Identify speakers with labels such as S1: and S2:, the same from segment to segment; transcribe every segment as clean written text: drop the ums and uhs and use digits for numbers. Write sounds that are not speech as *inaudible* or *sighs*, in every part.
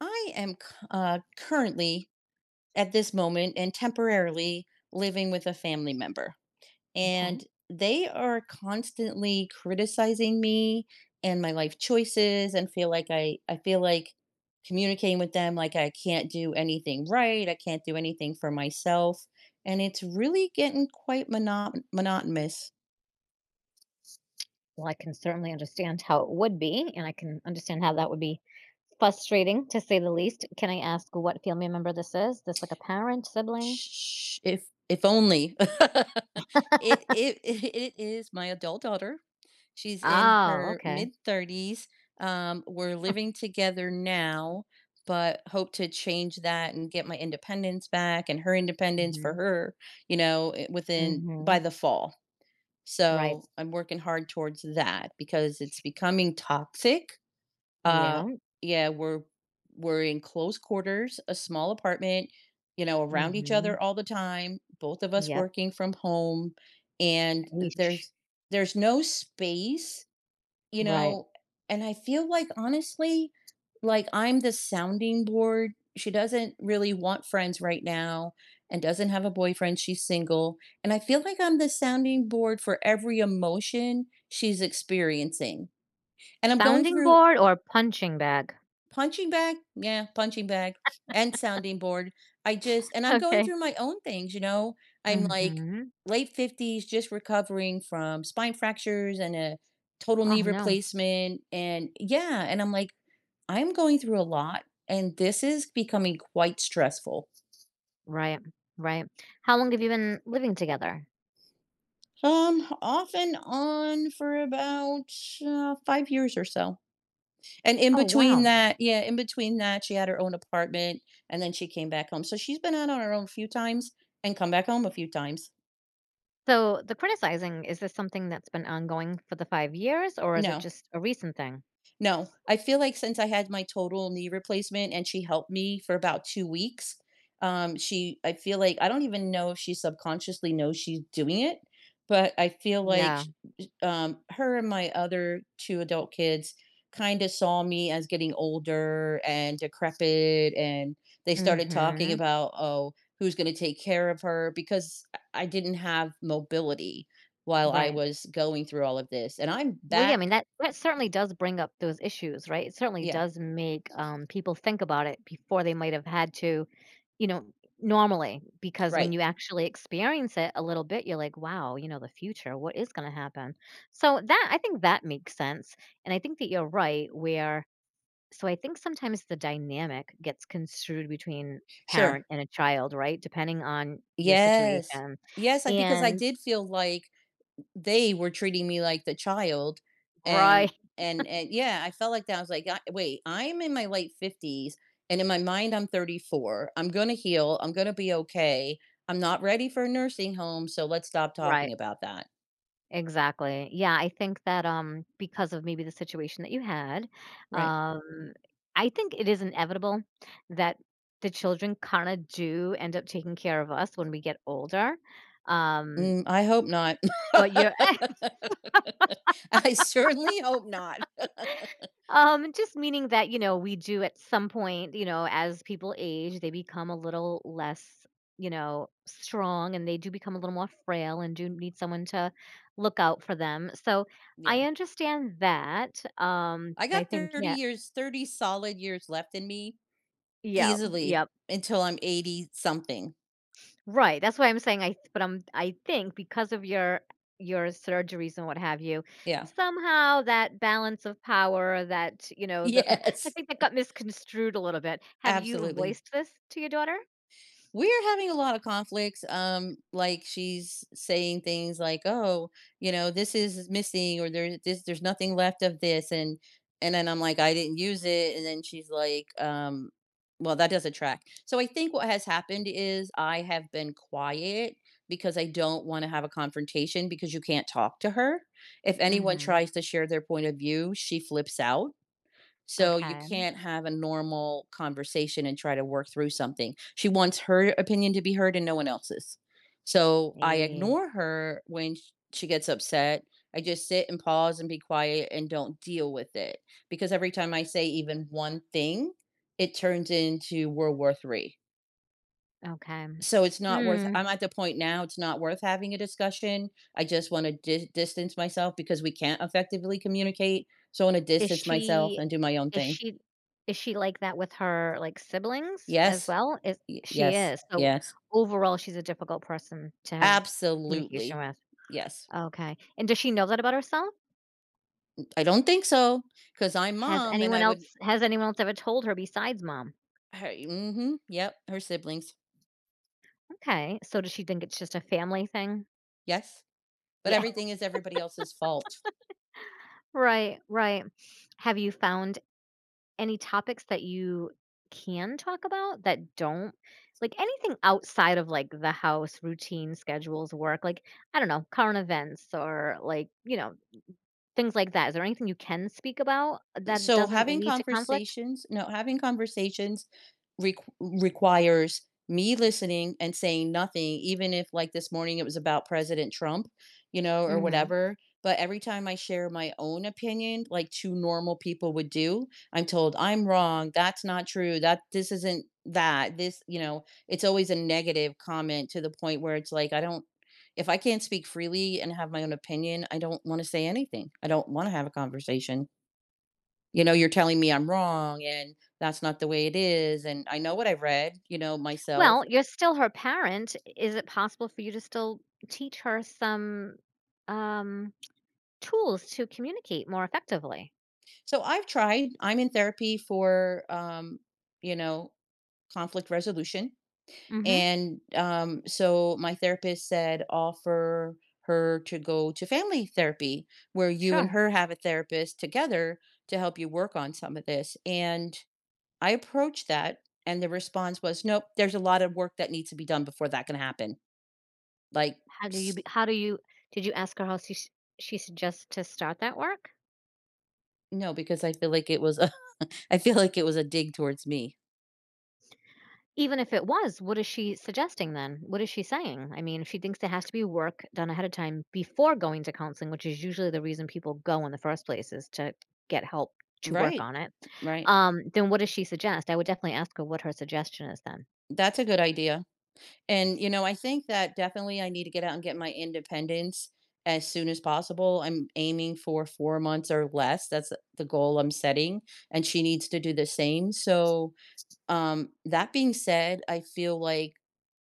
S1: Currently, at this moment and temporarily, living with a family member,
S2: Okay.
S1: and they are constantly criticizing me and my life choices, and feel like I feel like communicating with them like I can't do anything right, I can't do anything for myself, and it's really getting quite monotonous.
S2: Well, I can certainly understand how it would be, and I can understand how that would be frustrating to say the least. Can I ask what family member this is? This like a parent, sibling?
S1: Sh If only. *laughs* It is my adult daughter. She's in
S2: Oh,
S1: her
S2: okay.
S1: mid-30s. We're living together now, but hope to change that and get my independence back and her
S2: Mm
S1: independence for
S2: hmm.
S1: her,
S2: Mm
S1: within by
S2: hmm.
S1: the fall.
S2: Right.
S1: So I'm working hard towards that because it's becoming toxic. uh,
S2: Yeah.
S1: yeah, we're in close quarters, a small apartment, you know,
S2: Mm
S1: around each
S2: hmm.
S1: other all the time, both of us
S2: Yep.
S1: working from home, and
S2: Eesh.
S1: there's no space, you
S2: Right.
S1: know, and I feel like honestly, like I'm the sounding board. She doesn't really want friends right now and doesn't have a boyfriend. She's single. And I feel like I'm the sounding board for every emotion she's experiencing. And I'm going
S2: Sounding
S1: through.
S2: board or punching bag?
S1: Punching bag? Yeah, punching bag and sounding board. I just And I'm going
S2: Okay.
S1: through my own things, you know? I'm
S2: Mm
S1: like
S2: hmm.
S1: late 50s, just recovering from spine fractures and a total
S2: Oh
S1: knee
S2: no.
S1: replacement, and yeah, and I'm like, "I'm going through a lot, and this is becoming quite stressful."
S2: Right. Right. How long have you been living together?
S1: Off and on for about, 5 years or so. And in
S2: Oh
S1: between
S2: wow.
S1: that, yeah, in between that, she had her own apartment and then she came back home. So she's been out on her own a few times and come back home a few times.
S2: So the criticizing, is this something that's been ongoing for the 5 years or is it
S1: No,
S2: just a recent thing?
S1: No, I feel like since I had my total knee replacement and she helped me for about 2 weeks, she I feel like I don't even know if she subconsciously knows she's doing it, but I feel like
S2: Yeah.
S1: sh sh her and my other 2 adult kids kinda saw me as getting older and decrepit, and they started talking
S2: Mhm.
S1: about, "Oh, who's gonna take care of her?" Because I didn't have mobility while I
S2: Right.
S1: was going through all of this, and I'm
S2: Well, yeah, I mean,
S1: back.
S2: that certainly does bring up those issues, right? It certainly
S1: Yeah,
S2: does make, people think about it before they might have had to, you know, normally, because when
S1: right.
S2: you actually experience it a little bit, you're like, "Wow, you know, the future, what is gonna happen?" So that I think that makes sense, and I think that you're right where. So I think sometimes the dynamic gets construed between a parent
S1: Sure.
S2: and a child, right? Depending on your
S1: Yes.
S2: situation.
S1: Yes, I because I
S2: And
S1: did feel like they were treating me like the child
S2: right,
S1: and and yeah, I felt like that. I was like, "I Wait, I'm in my late 50s and in my mind I'm 34. I'm gonna heal. I'm gonna be okay. I'm not ready for a nursing home, so let's stop
S2: *laughs* right.
S1: talking about that."
S2: Exactly. Yeah, I think that because of maybe the situation that you had,
S1: Right.
S2: um I think it is inevitable that the children kind of do end up taking care of us when we get older. Um
S1: Mm, I hope not.
S2: but you're
S1: *laughs*
S2: *laughs*
S1: I certainly hope not. *laughs*
S2: Just meaning that, you know, we do at some point, you know, as people age, they become a little less, you know, strong and they do become a little more frail and do need someone to look out for them. So I
S1: Yeah.
S2: understand that.
S1: I
S2: But I
S1: got
S2: think,
S1: 30
S2: yeah,
S1: years, 30 solid years left in me.
S2: yeah,
S1: Easily
S2: yep.
S1: until I'm 80 something.
S2: Right. That's why I'm saying I but I'm I think because of your surgeries and what have you,
S1: Yeah. *laughs*
S2: somehow that balance of power that, you know, the *laughs* I
S1: Yes,
S2: think that got misconstrued a little bit. Have you
S1: absolutely.
S2: voiced this to your daughter?
S1: We're having a lot of conflicts. Like she's saying things like, "Oh, you know, this is missing, or there's this, there's nothing left of this," and then I'm like, "I didn't use it," and then she's like, "Well, that doesn't track." So I think what has happened is I have been quiet because I don't want to have a confrontation because you can't talk to her. If anyone
S2: Mhm.
S1: tries to share their point of view, she flips out. So you
S2: Okay.
S1: can't have a normal conversation and try to work through something. She wants her opinion to be heard and no one else's. So I
S2: Eh,
S1: ignore her when she gets upset. I just sit and pause and be quiet and don't deal with it because every time I say even one thing, it turns into World War Three.
S2: okay.
S1: So it's not worth.
S2: Hmm.
S1: I'm at the point now. It's not worth having a discussion. I just want to distance myself because we can't effectively communicate. So I want to
S2: Is
S1: distance myself
S2: she
S1: and do my own
S2: is
S1: thing.
S2: she is she like that with her, like, siblings as
S1: Yes,
S2: well? Is
S1: Y
S2: she
S1: yes,
S2: is. So,
S1: yes,
S2: overall, she's a difficult person to have communication
S1: absolutely.
S2: with.
S1: Yes.
S2: Okay. And does she know that about herself?
S1: I don't think so, because 'cause I'm
S2: Has
S1: mom and
S2: anyone
S1: I would.
S2: else has anyone else ever told her besides mom?
S1: Her mhm, yep, her siblings.
S2: Okay, so does she think it's just a family thing?
S1: Yes, but
S2: Yeah,
S1: everything is everybody else's fault.
S2: *laughs* right, right. Have you found any topics that you can talk about that don't, like, anything outside of like the house routine, schedules, work, like, I don't know, current events or like, you know, things like that. Is there anything you can speak about that it
S1: So
S2: doesn't
S1: having
S2: lead to conflict?
S1: conversations, no, having conversations requires me listening and saying nothing, even if, like, this morning it was about President Trump, you know, or
S2: Mhm.
S1: whatever. But every time I share my own opinion like two normal people would do, I'm told I'm wrong, that's not true, that this isn't, that this, you know, it's always a negative comment to the point where it's like I don't, if I can't speak freely and have my own opinion, I don't want to say anything. I don't want to have a conversation. You know, you're telling me I'm wrong and that's not the way it is. And I know what I've read, you know, myself.
S2: Well, you're still her parent. Is it possible for you to still teach her some, um, tools to communicate more effectively?
S1: So I've tried. I'm in therapy for, you know, conflict resolution.
S2: Mhm.
S1: And so my therapist said, offer her to go to family therapy where you and
S2: Sure.
S1: her have a therapist together to help you work on some of this. And I approached that, and the response was, nope, there's a lot of work that needs to be done before that can happen. Like,
S2: How do you did you ask her how she suggests to start that work?
S1: no, because I feel like it was a *laughs* I feel like it was a dig towards me.
S2: Even if it was, what is she suggesting then? What is she saying? I mean, if she thinks there has to be work done ahead of time before going to counseling, which is usually the reason people go in the first place is to get help to work
S1: Right.
S2: on it,
S1: Right.
S2: then what does she suggest? I would definitely ask her what her suggestion is then.
S1: That's a good idea. And, you know, I think that definitely I need to get out and get my independence as soon as possible. I'm aiming for 4 months or less. That's the goal I'm setting, and she needs to do the same. So that being said, I feel like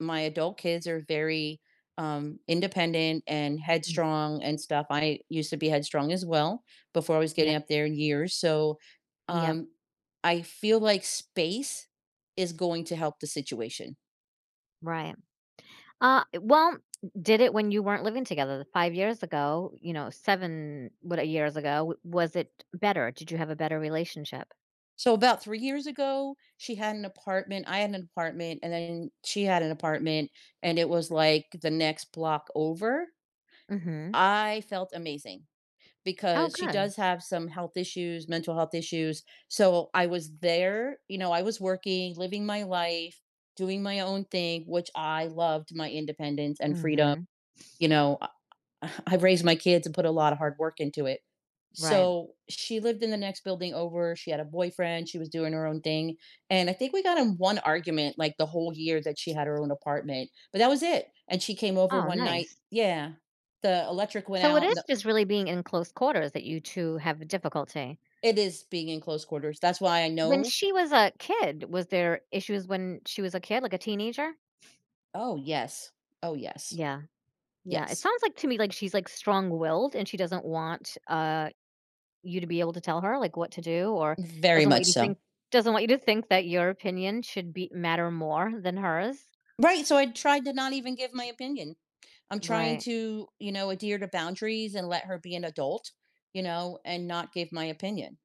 S1: my adult kids are very, independent and
S2: Mm.
S1: headstrong and stuff. I used to be headstrong as well before I was getting
S2: Yep,
S1: up there in years. So
S2: yep,
S1: um, I feel like space is going to help the situation.
S2: right. Well, did it when you weren't living together, the 5 years ago, you know, 7 what years ago, w was it better? Did you have a better relationship?
S1: So about 3 years ago, she had an apartment, I had an apartment, and then she had an apartment, and it was like the next block over.
S2: Mhm.
S1: I felt amazing,
S2: Oh,
S1: because she
S2: good.
S1: does have some health issues, mental health issues. So I was there, you know, I was working, living my life, doing my own thing, which I loved my independence and freedom.
S2: Mhm.
S1: You know, I, *sighs* *laughs* I've raised my kids and put a lot of hard work into it.
S2: Right.
S1: So she lived in the next building over. She had a boyfriend. She was doing her own thing. And I think we got in one argument like the whole year that she had her own apartment, but that was it. And she came over
S2: Oh,
S1: one night.
S2: nice.
S1: Yeah. The electric went
S2: So it
S1: out.
S2: is just really being in close quarters that you 2 have difficulty.
S1: It is being in close quarters. That's why I
S2: When
S1: know.
S2: she was a kid, was there issues when she was a kid, like a teenager?
S1: Oh, yes. Oh, yes.
S2: Yeah, yeah. It
S1: Yes.
S2: sounds like to me like she's, like, strong-willed and she doesn't want, you to be able to tell her, like, what to do or
S1: Very
S2: doesn't want
S1: much
S2: you to
S1: so.
S2: think doesn't want you to think that your opinion should be matter more than hers.
S1: Right, so I tried to not even give my opinion. I'm trying
S2: Right,
S1: to, you know, adhere to boundaries and let her be an adult, you know, and not give my opinion.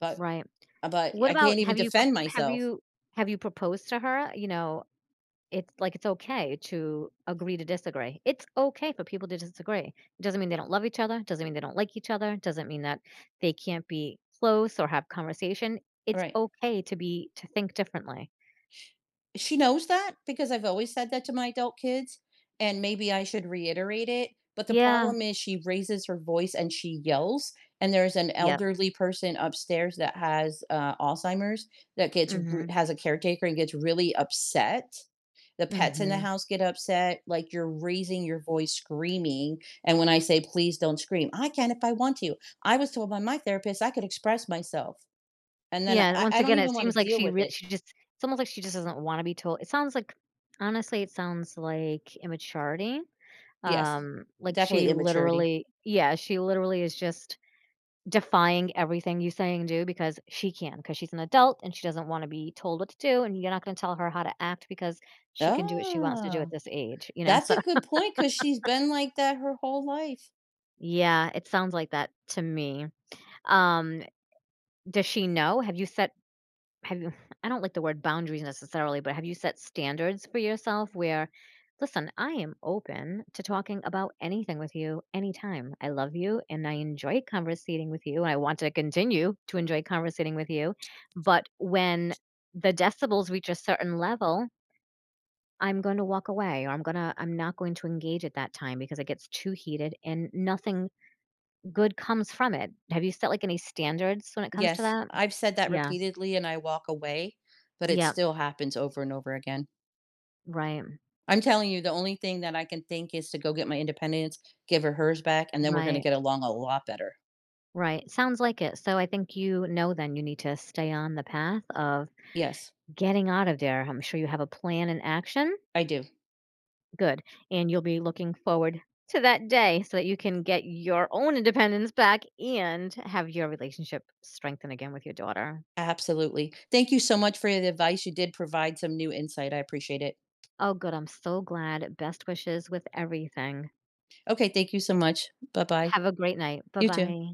S1: But
S2: right.
S1: but
S2: What
S1: I can't
S2: about
S1: even
S2: have you pro
S1: defend
S2: have
S1: myself.
S2: you have you proposed to her, you know, it's like it's okay to agree to disagree. It's okay for people to disagree. It doesn't mean they don't love each other, doesn't mean they don't like each other, doesn't mean that they can't be close or have conversation. It's
S1: Right.
S2: okay to be to think differently.
S1: She knows that because I've always said that to my adult kids, and maybe I should reiterate it. But the
S2: Yeah.
S1: problem is she raises her voice and she yells. And there's an
S2: Yep.
S1: elderly person upstairs that has Alzheimer's that
S2: Mhm.
S1: has a caretaker and gets really upset. The pets in the
S2: Mhm.
S1: house get upset, like you're raising your voice, screaming. And when I say, please don't scream, I can if I want to. I was told by my therapist I could express myself. And then
S2: Yeah, and once
S1: I don't
S2: again, it
S1: even want to
S2: seems like
S1: deal
S2: she
S1: with
S2: really,
S1: it.
S2: she just it's almost like she just doesn't wanna be told, it sounds like, honestly, it sounds like immaturity,
S1: Yes,
S2: like
S1: definitely
S2: she
S1: immaturity.
S2: literally, yeah, she literally is just defying everything you say and do because she can, because she's an adult and she doesn't wanna be told what to do, and you're not gonna tell her how to act because she can do what she wants to do at
S1: Ah,
S2: this age, you know,
S1: that's
S2: so
S1: a good
S2: *laughs*
S1: point because 'cause she's been like that her whole life.
S2: Yeah, it sounds like that to me. Um, does she know? Have you said, have you *laughs* I don't like the word boundaries necessarily, but have you set standards for yourself where, listen, I am open to talking about anything with you anytime. I love you and I enjoy conversating with you and I want to continue to enjoy conversating with you. But when the decibels reach a certain level, I'm going to walk away or I'm not going to engage at that time because it gets too heated and nothing good comes from it. Have you set like any standards when it comes to
S1: Yes,
S2: that?
S1: I've said that
S2: Yeah.
S1: repeatedly and I walk away, but it
S2: Yeah.
S1: still happens over and over again.
S2: Right.
S1: I'm telling you, the only thing that I can think is to go get my independence, give her hers back, and then we're gonna
S2: Right.
S1: get along a lot better.
S2: Right, sounds like it. So I think you know then you need to stay on the path of
S1: Yes,
S2: getting out of there. I'm sure you have a plan and action.
S1: I do.
S2: Good. And you'll be looking forward to that day so that you can get your own independence back and have your relationship strengthen again with your daughter.
S1: Absolutely. Thank you so much for the advice. You did provide some new insight. I appreciate it.
S2: Oh, good. I'm so glad. Best wishes with everything.
S1: Okay, thank you so much. Bye-bye.
S2: Have a great night. Bye
S1: You too.
S2: bye.